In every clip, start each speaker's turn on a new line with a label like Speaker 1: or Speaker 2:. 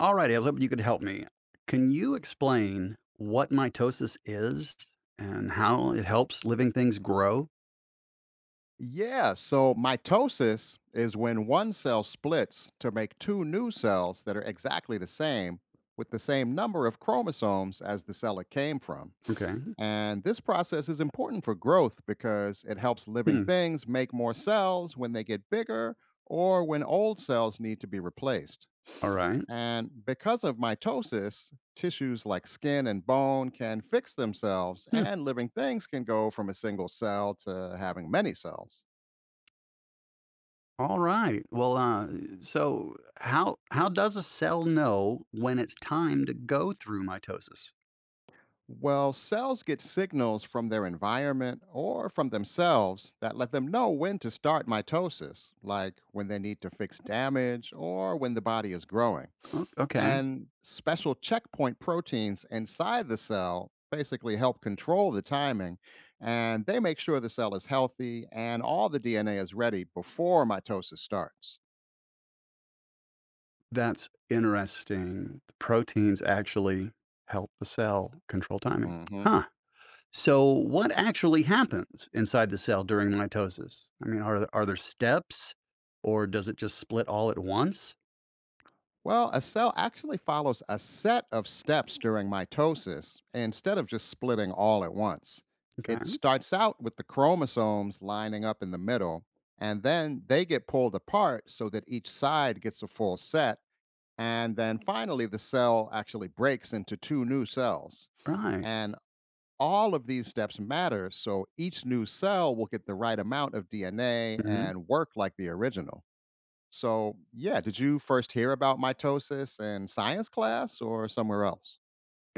Speaker 1: All right, righty, I was hoping you could help me. Can you explain what mitosis is and how it helps living things grow?
Speaker 2: Yeah, so mitosis is when one cell splits to make two new cells that are exactly the same with the same number of chromosomes as the cell it came from.
Speaker 1: Okay.
Speaker 2: And this process is important for growth because it helps living
Speaker 1: Hmm.
Speaker 2: things make more cells when they get bigger or when old cells need to be replaced.
Speaker 1: All right.
Speaker 2: And because of mitosis, tissues like skin and bone can fix themselves,
Speaker 1: Hmm.
Speaker 2: and living things can go from a single cell to having many cells.
Speaker 1: All right. Well, so how does a cell know when it's time to go through mitosis?
Speaker 2: Well, cells get signals from their environment or from themselves that let them know when to start mitosis, like when they need to fix damage or when the body is growing.
Speaker 1: Okay,
Speaker 2: And special checkpoint proteins inside the cell basically help control the timing, and they make sure the cell is healthy and all the DNA is ready before mitosis starts.
Speaker 1: that's interesting. The proteins actually help the cell control timing.
Speaker 2: Mhm.
Speaker 1: Huh. So, what actually happens inside the cell during mitosis? I mean, are there steps, or does it just split all at once?
Speaker 2: Well, a cell actually follows a set of steps during mitosis instead of just splitting all at once.
Speaker 1: Okay,
Speaker 2: It starts out with the chromosomes lining up in the middle, and then they get pulled apart so that each side gets a full set. And then finally, the cell actually breaks into two new cells.
Speaker 1: right.
Speaker 2: And all of these steps matter, so each new cell will get the right amount of DNA
Speaker 1: Hmm.
Speaker 2: and work like the original. So, yeah, did you first hear about mitosis in science class or somewhere else?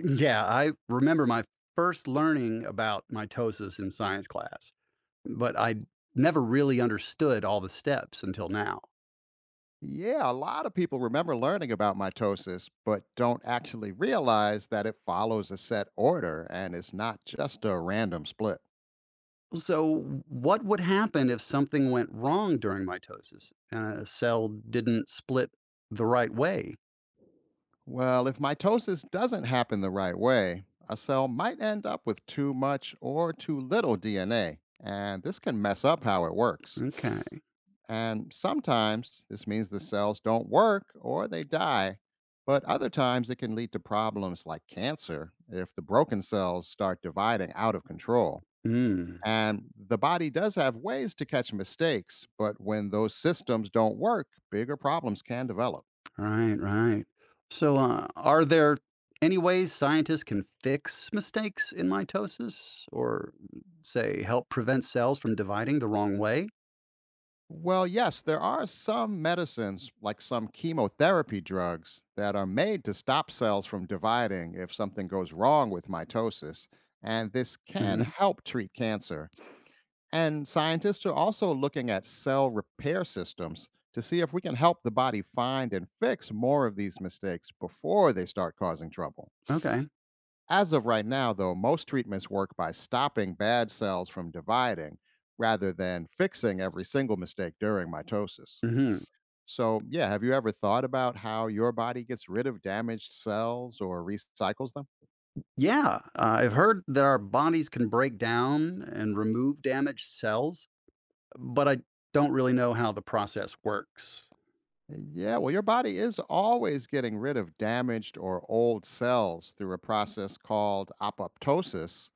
Speaker 1: Yeah, I remember my first learning about mitosis in science class, but I never really understood all the steps until now.
Speaker 2: Yeah, a lot of people remember learning about mitosis, but don't actually realize that it follows a set order and it's not just a random split.
Speaker 1: So, what would happen if something went wrong during mitosis and a cell didn't split the right way?
Speaker 2: Well, if mitosis doesn't happen the right way, a cell might end up with too much or too little DNA, and this can mess up how it works.
Speaker 1: Okay.
Speaker 2: And sometimes this means the cells don't work or they die. But other times it can lead to problems like cancer if the broken cells start dividing out of control.
Speaker 1: Hmm.
Speaker 2: And the body does have ways to catch mistakes, but when those systems don't work, bigger problems can develop.
Speaker 1: Right, right. So, are there any ways scientists can fix mistakes in mitosis or, say, help prevent cells from dividing the wrong way?
Speaker 2: Well, yes, there are some medicines, like some chemotherapy drugs, that are made to stop cells from dividing if something goes wrong with mitosis. And this can
Speaker 1: Hmm.
Speaker 2: help treat cancer. And scientists are also looking at cell repair systems to see if we can help the body find and fix more of these mistakes before they start causing trouble.
Speaker 1: Okay.
Speaker 2: As of right now, though, most treatments work by stopping bad cells from dividing rather than fixing every single mistake during mitosis.
Speaker 1: Hmm.
Speaker 2: So, yeah, have you ever thought about how your body gets rid of damaged cells or recycles them?
Speaker 1: Yeah, I've heard that our bodies can break down and remove damaged cells, but I don't really know how the process works.
Speaker 2: Yeah, well, your body is always getting rid of damaged or old cells through a process called apoptosis,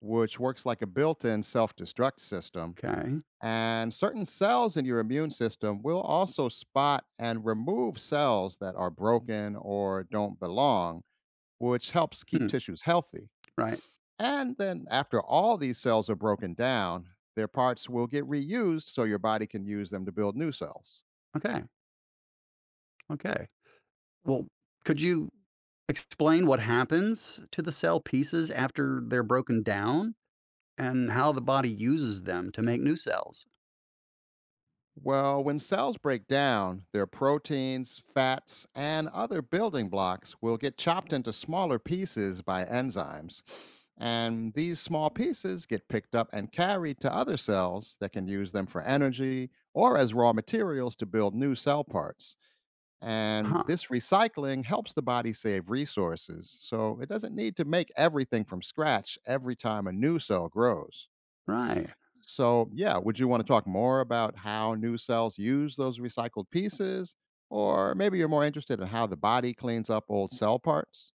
Speaker 2: which works like a built in self destruct system.
Speaker 1: Okay.
Speaker 2: And certain cells in your immune system will also spot and remove cells that are broken or don't belong, which helps keep
Speaker 1: Hmm.
Speaker 2: tissues healthy.
Speaker 1: Right.
Speaker 2: And then, after all these cells are broken down, their parts will get reused so your body can use them to build new cells.
Speaker 1: Okay. Okay. Well, could you explain what happens to the cell pieces after they're broken down and how the body uses them to make new cells?
Speaker 2: Well, when cells break down, their proteins, fats, and other building blocks will get chopped into smaller pieces by enzymes. And these small pieces get picked up and carried to other cells that can use them for energy or as raw materials to build new cell parts. And
Speaker 1: Huh,
Speaker 2: this recycling helps the body save resources, so it doesn't need to make everything from scratch every time a new cell grows.
Speaker 1: right.
Speaker 2: So, yeah, would you want to talk more about how new cells use those recycled pieces? Or maybe you're more interested in how the body cleans up old cell parts?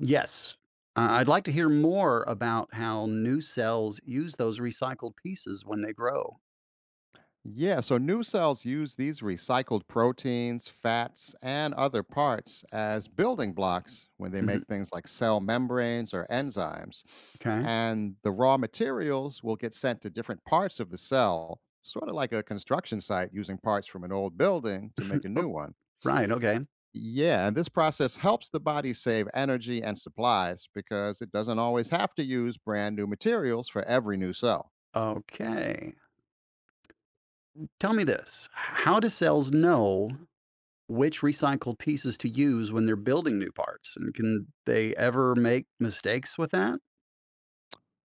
Speaker 1: Yes. I'd like to hear more about how new cells use those recycled pieces when they grow.
Speaker 2: Yeah, so new cells use these recycled proteins, fats, and other parts as building blocks when they make
Speaker 1: Mhm.
Speaker 2: things like cell membranes or enzymes.
Speaker 1: Okay.
Speaker 2: And the raw materials will get sent to different parts of the cell, sort of like a construction site using parts from an old building to make a new
Speaker 1: Oh,
Speaker 2: one.
Speaker 1: right. Okay.
Speaker 2: Yeah, and this process helps the body save energy and supplies because it doesn't always have to use brand new materials for every new cell.
Speaker 1: Okay. Tell me this. How do cells know which recycled pieces to use when they're building new parts? And can they ever make mistakes with that?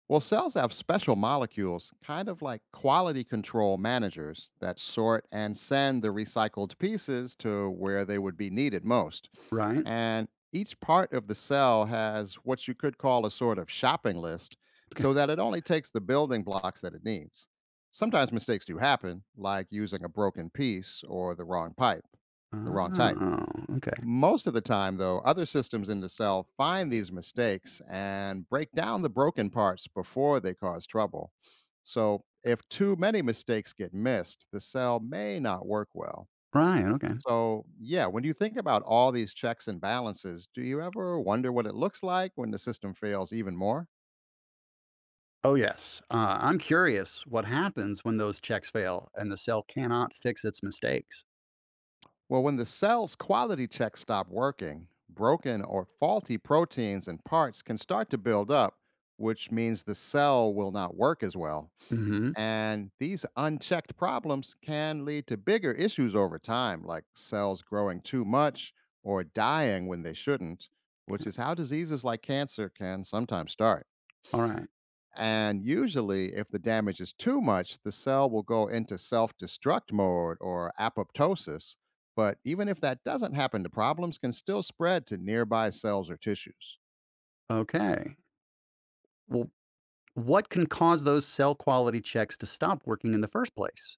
Speaker 2: Well, cells have special molecules, kind of like quality control managers, that sort and send the recycled pieces to where they would be needed most.
Speaker 1: Right.
Speaker 2: And each part of the cell has what you could call a sort of shopping list
Speaker 1: Okay.
Speaker 2: so that it only takes the building blocks that it needs. Sometimes mistakes do happen, like using a broken piece or the wrong pipe, the wrong type.
Speaker 1: Oh, okay.
Speaker 2: Most of the time, though, other systems in the cell find these mistakes and break down the broken parts before they cause trouble. So, if too many mistakes get missed, the cell may not work well.
Speaker 1: Right. Okay.
Speaker 2: So, yeah, when you think about all these checks and balances, do you ever wonder what it looks like when the system fails even more?
Speaker 1: Oh, yes. I'm curious what happens when those checks fail and the cell cannot fix its mistakes.
Speaker 2: Well, when the cell's quality checks stop working, broken or faulty proteins and parts can start to build up, which means the cell will not work as well.
Speaker 1: Mm-hmm.
Speaker 2: And these unchecked problems can lead to bigger issues over time, like cells growing too much or dying when they shouldn't, which
Speaker 1: Hmm.
Speaker 2: is how diseases like cancer can sometimes start.
Speaker 1: All right.
Speaker 2: And usually, if the damage is too much, the cell will go into self destruct mode or apoptosis. But even if that doesn't happen, the problems can still spread to nearby cells or tissues.
Speaker 1: Okay. Well, what can cause those cell quality checks to stop working in the first place?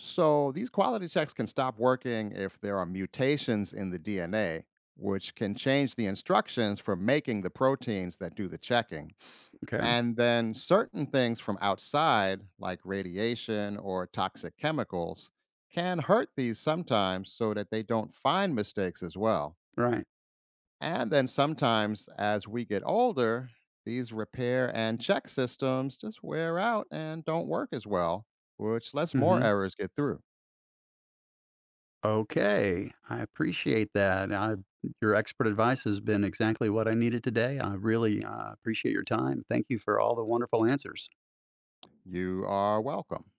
Speaker 2: So these quality checks can stop working if there are mutations in the DNA, which can change the instructions for making the proteins that do the checking.
Speaker 1: Okay.
Speaker 2: And then certain things from outside, like radiation or toxic chemicals, can hurt these sometimes so that they don't find mistakes as well.
Speaker 1: Right.
Speaker 2: And then sometimes as we get older, these repair and check systems just wear out and don't work as well, which lets
Speaker 1: mm
Speaker 2: more
Speaker 1: hmm
Speaker 2: errors get through.
Speaker 1: Okay. I appreciate that. Your expert advice has been exactly what I needed today. I really appreciate your time. Thank you for all the wonderful answers.
Speaker 2: You are welcome.